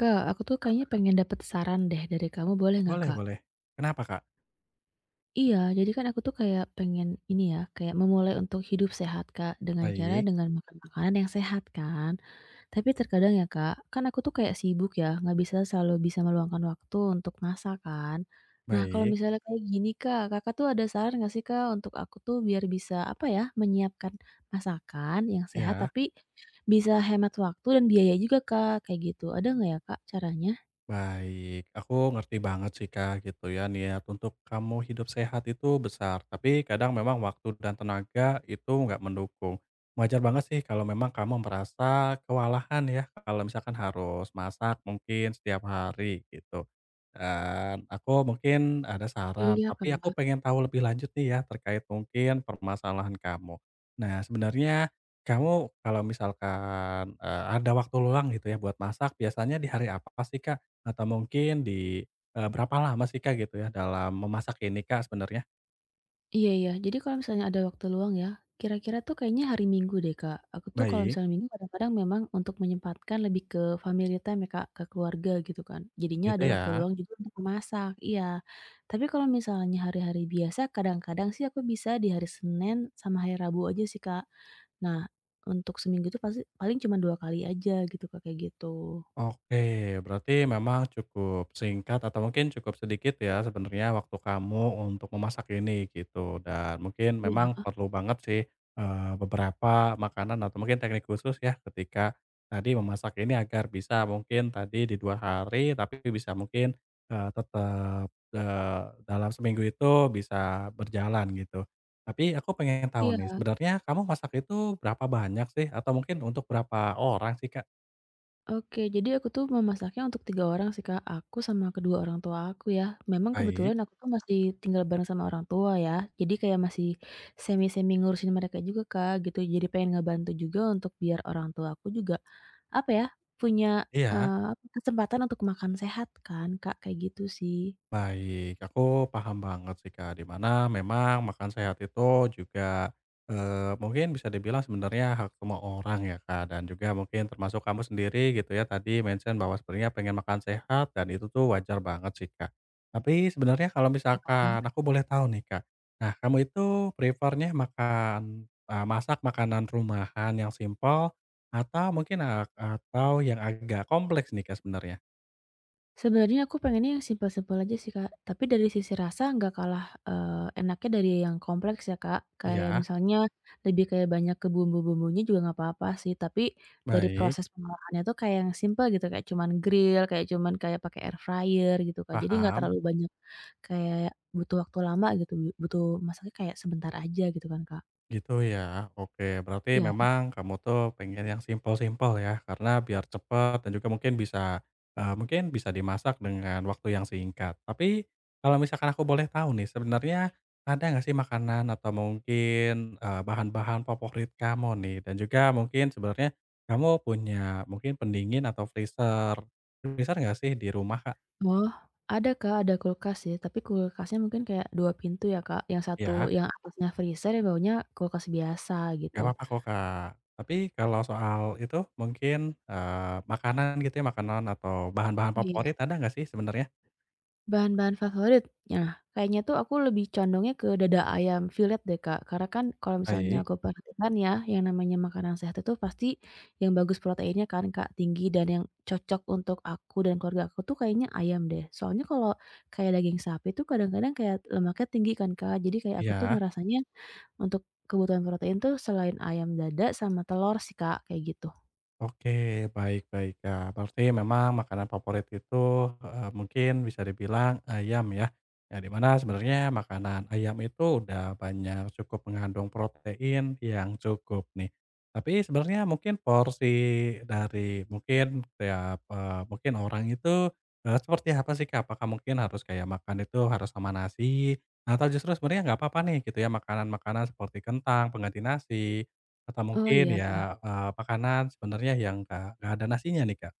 Kak, aku tuh kayaknya pengen dapet saran deh dari kamu, boleh nggak Boleh Kak? boleh. Kenapa, Kak? Iya, jadi kan aku tuh kayak pengen ini ya, kayak memulai untuk hidup sehat Kak, dengan cara Baik dengan makan makanan yang sehat kan. Tapi terkadang ya Kak, kan aku tuh kayak sibuk ya, nggak bisa selalu bisa meluangkan waktu untuk masak kan. Nah kalau baik, misalnya kayak gini Kak, Kakak tuh ada saran nggak sih Kak untuk aku tuh biar bisa apa ya, menyiapkan masakan yang sehat ya. tapi bisa hemat waktu dan biaya juga Kak, kayak gitu. Ada nggak ya Kak caranya? Baik, aku ngerti banget sih Kak gitu ya niat untuk kamu hidup sehat itu besar, tapi kadang memang waktu dan tenaga itu nggak mendukung. Wajar banget sih kalau memang kamu merasa kewalahan ya, kalau misalkan harus masak mungkin setiap hari gitu. Dan aku mungkin ada saran, Iya, tapi aku Kak. pengen tahu lebih lanjut nih ya terkait mungkin permasalahan kamu. Nah sebenarnya kamu kalau misalkan, ada waktu luang gitu ya buat masak, biasanya di hari apa sih, Kak? Atau mungkin di, berapa lama sih Kak gitu ya dalam memasak ini Kak sebenarnya? Iya iya. Jadi kalau misalnya ada waktu luang ya, kira-kira tuh kayaknya hari Minggu deh, Kak. Aku tuh kalau Baik. misalnya Minggu kadang-kadang memang untuk menyempatkan lebih ke family time ya, Kak, ke keluarga gitu kan. Jadinya Gitu ada waktu ya. luang juga untuk memasak, iya. Tapi kalau misalnya hari-hari biasa kadang-kadang sih aku bisa di hari Senin sama hari Rabu aja sih, Kak. Nah, untuk seminggu itu pasti paling cuma 2 kali aja gitu, Kak, kayak gitu. Oke, berarti memang cukup singkat atau mungkin cukup sedikit ya sebenarnya waktu kamu untuk memasak ini gitu dan mungkin memang Iya. perlu banget sih, beberapa makanan atau mungkin teknik khusus ya ketika tadi memasak ini agar bisa mungkin tadi di 2 hari tapi bisa mungkin, tetap, dalam seminggu itu bisa berjalan gitu. Tapi aku pengen tahu nih Iya. sebenarnya kamu masak itu berapa banyak sih? Atau mungkin untuk berapa orang sih, Kak? Oke, jadi aku tuh memasaknya untuk 3 orang sih, Kak, aku sama kedua orang tua aku ya. Memang Baik, kebetulan aku tuh masih tinggal bareng sama orang tua ya, jadi kayak masih semi-semi ngurusin mereka juga, Kak, gitu. Jadi pengen ngebantu juga untuk biar orang tua aku juga, apa ya, punya, iya. eee, kesempatan untuk makan sehat kan, Kak, kayak gitu sih. Baik, aku paham banget sih Kak, di mana memang makan sehat itu juga, mungkin bisa dibilang sebenarnya hak semua orang ya Kak, dan juga mungkin termasuk kamu sendiri gitu ya, tadi mention bahwa sebenarnya pengen makan sehat dan itu tuh wajar banget sih Kak. Tapi sebenarnya kalau misalkan aku boleh tahu nih Kak, nah kamu itu prefernya makan, masak makanan rumahan yang simpel atau mungkin, atau yang agak kompleks nih Kak sebenarnya? Sebenarnya aku pengennya yang simpel-simpel aja sih, Kak. Tapi dari sisi rasa nggak kalah, enaknya dari yang kompleks ya, Kak. Kayak Iya, misalnya lebih kayak banyak ke bumbu-bumbunya juga nggak apa-apa sih, tapi dari baik, proses pengolahannya tuh kayak yang simpel gitu, kayak cuman grill, kayak cuman kayak pakai air fryer gitu, Kak. Jadi nggak paham. terlalu banyak kayak butuh waktu lama gitu, butuh masaknya kayak sebentar aja gitu kan, Kak. Gitu ya, oke. Berarti Iya. memang kamu tuh pengen yang simpel-simpel ya, karena biar cepat dan juga mungkin bisa, mungkin bisa dimasak dengan waktu yang singkat. Tapi kalau misalkan aku boleh tahu nih, sebenarnya ada nggak sih makanan atau mungkin, bahan-bahan favorit kamu nih? Dan juga mungkin sebenarnya kamu punya mungkin pendingin atau freezer freezer nggak sih di rumah, Kak? Oh, ada Kak, ada kulkas sih, tapi kulkasnya mungkin kayak 2 pintu ya Kak, yang satu Ya? yang atasnya freezer, yang bawahnya kulkas biasa Gak gitu. apa-apa kok, Kak. Tapi kalau soal itu mungkin, makanan gitu ya, makanan atau bahan-bahan Oh, favorit iya. ada nggak sih sebenarnya? Bahan-bahan favorit? Nah, kayaknya tuh aku lebih condongnya ke dada ayam fillet deh Kak, karena kan kalau misalnya Baik. aku perhatikan ya, yang namanya makanan sehat itu pasti yang bagus proteinnya kan Kak, tinggi dan yang cocok untuk aku dan keluarga aku tuh kayaknya ayam deh. Soalnya kalau kayak daging sapi tuh kadang-kadang kayak lemaknya tinggi kan Kak, jadi kayak aku tuh Iya. ngerasanya. Untuk kebutuhan protein tuh selain ayam dada sama telur sih, Kak, kayak gitu. Oke, baik baik, Kak. Berarti memang makanan favorit itu, mungkin bisa dibilang ayam ya. Ya, di mana sebenarnya makanan ayam itu udah banyak cukup mengandung protein yang cukup nih. Tapi sebenarnya mungkin porsi dari mungkin tiap, mungkin orang itu, seperti apa sih, Kak? Apakah mungkin harus kayak makan itu harus sama nasi, atau justru sebenarnya nggak apa-apa nih gitu ya, makanan-makanan seperti kentang pengganti nasi? Atau Oh, mungkin iya. ya, makanan sebenarnya yang nggak ada nasinya nih, Kak?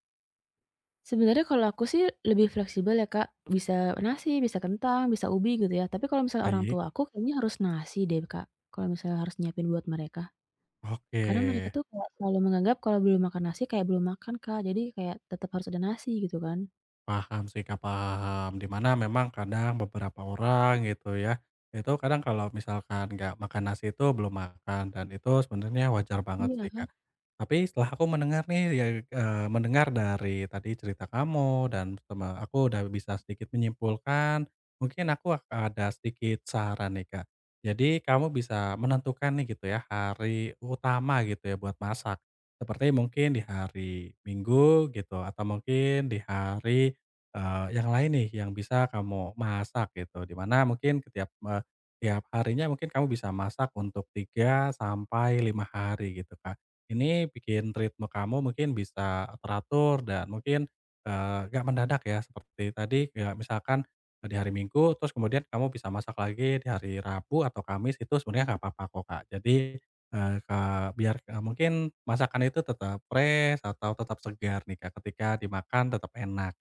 Sebenarnya kalau aku sih lebih fleksibel ya, Kak, bisa nasi, bisa kentang, bisa ubi gitu ya. Tapi kalau misalnya orang Baik. tua aku kayaknya harus nasi deh, Kak, kalau misalnya harus nyiapin buat mereka. Oke. Karena mereka tuh kayak selalu menganggap kalau belum makan nasi kayak belum makan, Kak, jadi kayak tetap harus ada nasi gitu kan. Paham sih, Kak, paham. Di mana memang kadang beberapa orang gitu ya, itu kadang kalau misalkan nggak makan nasi itu belum makan dan itu sebenarnya wajar banget Iya, sih, Kak. Tapi setelah aku mendengar nih ya, mendengar dari tadi cerita kamu dan sama aku udah bisa sedikit menyimpulkan, mungkin aku ada sedikit saran nih, Kak. Jadi kamu bisa menentukan nih gitu ya hari utama gitu ya buat masak. Seperti mungkin di hari Minggu gitu atau mungkin di hari yang lain nih yang bisa kamu masak gitu, dimana mungkin setiap, tiap harinya mungkin kamu bisa masak untuk 3 sampai 5 hari gitu, Kak. Ini bikin ritme kamu mungkin bisa teratur dan mungkin, nggak mendadak ya seperti tadi, kayak misalkan di hari Minggu terus kemudian kamu bisa masak lagi di hari Rabu atau Kamis itu sebenarnya nggak apa-apa kok, Kak. Jadi, biar, mungkin masakan itu tetap fresh atau tetap segar nih, Kak, ketika dimakan tetap enak.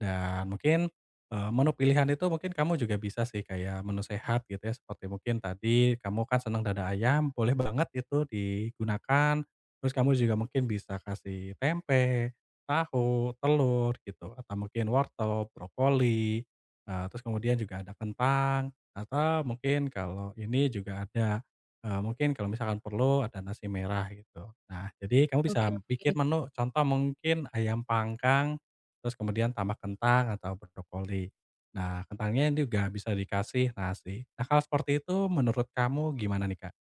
Dan mungkin, menu pilihan itu mungkin kamu juga bisa sih kayak menu sehat gitu ya, seperti mungkin tadi kamu kan senang dada ayam, boleh banget itu digunakan. Terus kamu juga mungkin bisa kasih tempe, tahu, telur gitu, atau mungkin wortel, brokoli, terus kemudian juga ada kentang, atau mungkin kalau ini juga ada, mungkin kalau misalkan perlu ada nasi merah gitu. Nah, jadi kamu bisa oke oke. bikin menu, contoh mungkin ayam panggang. Terus kemudian tambah kentang atau brokoli. Nah, kentangnya juga bisa dikasih nasi. Nah, kalau seperti itu menurut kamu gimana nih, Kak?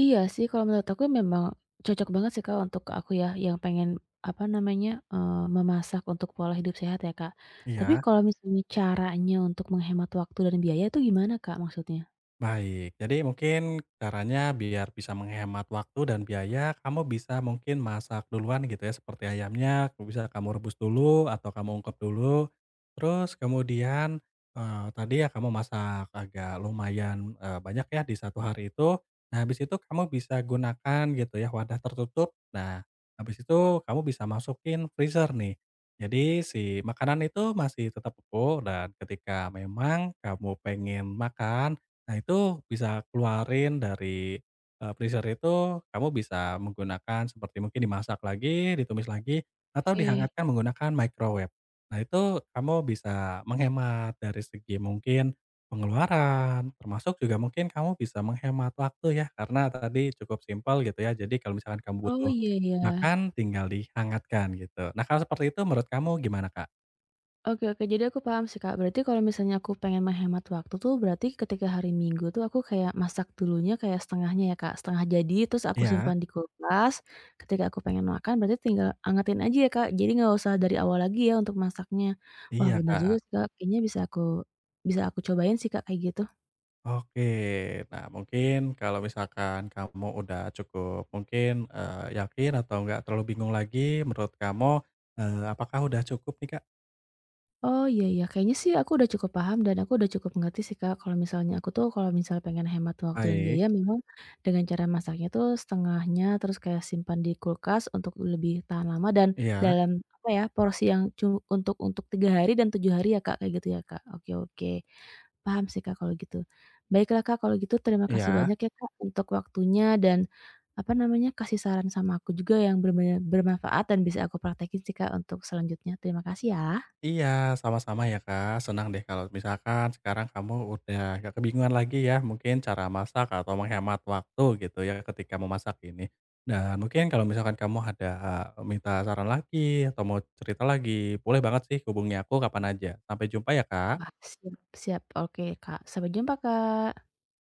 Iya sih, kalau menurut aku memang cocok banget sih, Kak, untuk aku ya, yang pengen, apa namanya, memasak untuk pola hidup sehat ya, Kak. Tapi Iya. kalau misalnya caranya untuk menghemat waktu dan biaya itu gimana, Kak, maksudnya? Baik, jadi mungkin caranya biar bisa menghemat waktu dan biaya, kamu bisa mungkin masak duluan gitu ya, seperti ayamnya kamu bisa kamu rebus dulu atau kamu ungkep dulu. Terus kemudian, tadi ya kamu masak agak lumayan, banyak ya di satu hari itu. Nah, habis itu kamu bisa gunakan gitu ya wadah tertutup. Nah, habis itu kamu bisa masukin freezer nih. Jadi si makanan itu masih tetap utuh dan ketika memang kamu pengen makan, nah, itu bisa keluarin dari, freezer itu kamu bisa menggunakan seperti mungkin dimasak lagi, ditumis lagi, atau Oke. dihangatkan menggunakan microwave. Nah, itu kamu bisa menghemat dari segi mungkin pengeluaran, termasuk juga mungkin kamu bisa menghemat waktu ya, karena tadi cukup simpel gitu ya. Jadi kalau misalkan kamu Oh, butuh iya iya. makan, tinggal dihangatkan gitu. Nah, kalau seperti itu menurut kamu gimana, Kak? Oke oke, jadi aku paham sih, Kak. Berarti kalau misalnya aku pengen menghemat waktu tuh berarti ketika hari Minggu tuh aku kayak masak dulunya kayak setengahnya ya, Kak, setengah jadi terus aku Iya simpan di kulkas, ketika aku pengen makan berarti tinggal angetin aja ya, Kak, jadi nggak usah dari awal lagi ya untuk masaknya. Wah iya, bener juga Kak. sih, Kak, kayaknya bisa aku cobain sih, Kak, kayak gitu. Oke. Nah, mungkin kalau misalkan kamu udah cukup mungkin, yakin atau nggak terlalu bingung lagi menurut kamu, apakah udah cukup nih, Kak? Oh, iya iya, kayaknya sih aku udah cukup paham dan aku udah cukup mengerti sih, Kak, kalau misalnya aku tuh kalau misal pengen hemat waktu dan Baik. biaya memang dengan cara masaknya tuh setengahnya, terus kayak simpan di kulkas untuk lebih tahan lama dan Iya dalam, apa ya, porsi yang cu untuk 3 hari dan 7 hari ya, Kak, kayak gitu ya, Kak? Oke oke, paham sih, Kak, kalau gitu. Baiklah, Kak, kalau gitu terima kasih iya. banyak ya, Kak, untuk waktunya dan, apa namanya, kasih saran sama aku juga yang benar bermanfaat dan bisa aku praktekin sih, Kak, untuk selanjutnya. Terima kasih ya. Iya, sama-sama ya, Kak. Senang deh kalau misalkan sekarang kamu udah nggak kebingungan lagi ya, mungkin cara masak atau menghemat waktu gitu ya ketika memasak ini. Dan mungkin kalau misalkan kamu ada, minta saran lagi atau mau cerita lagi, boleh banget sih hubungi aku kapan aja. Sampai jumpa ya, Wah, Kak. siap siap. Oke, Kak. Sampai jumpa, Kak.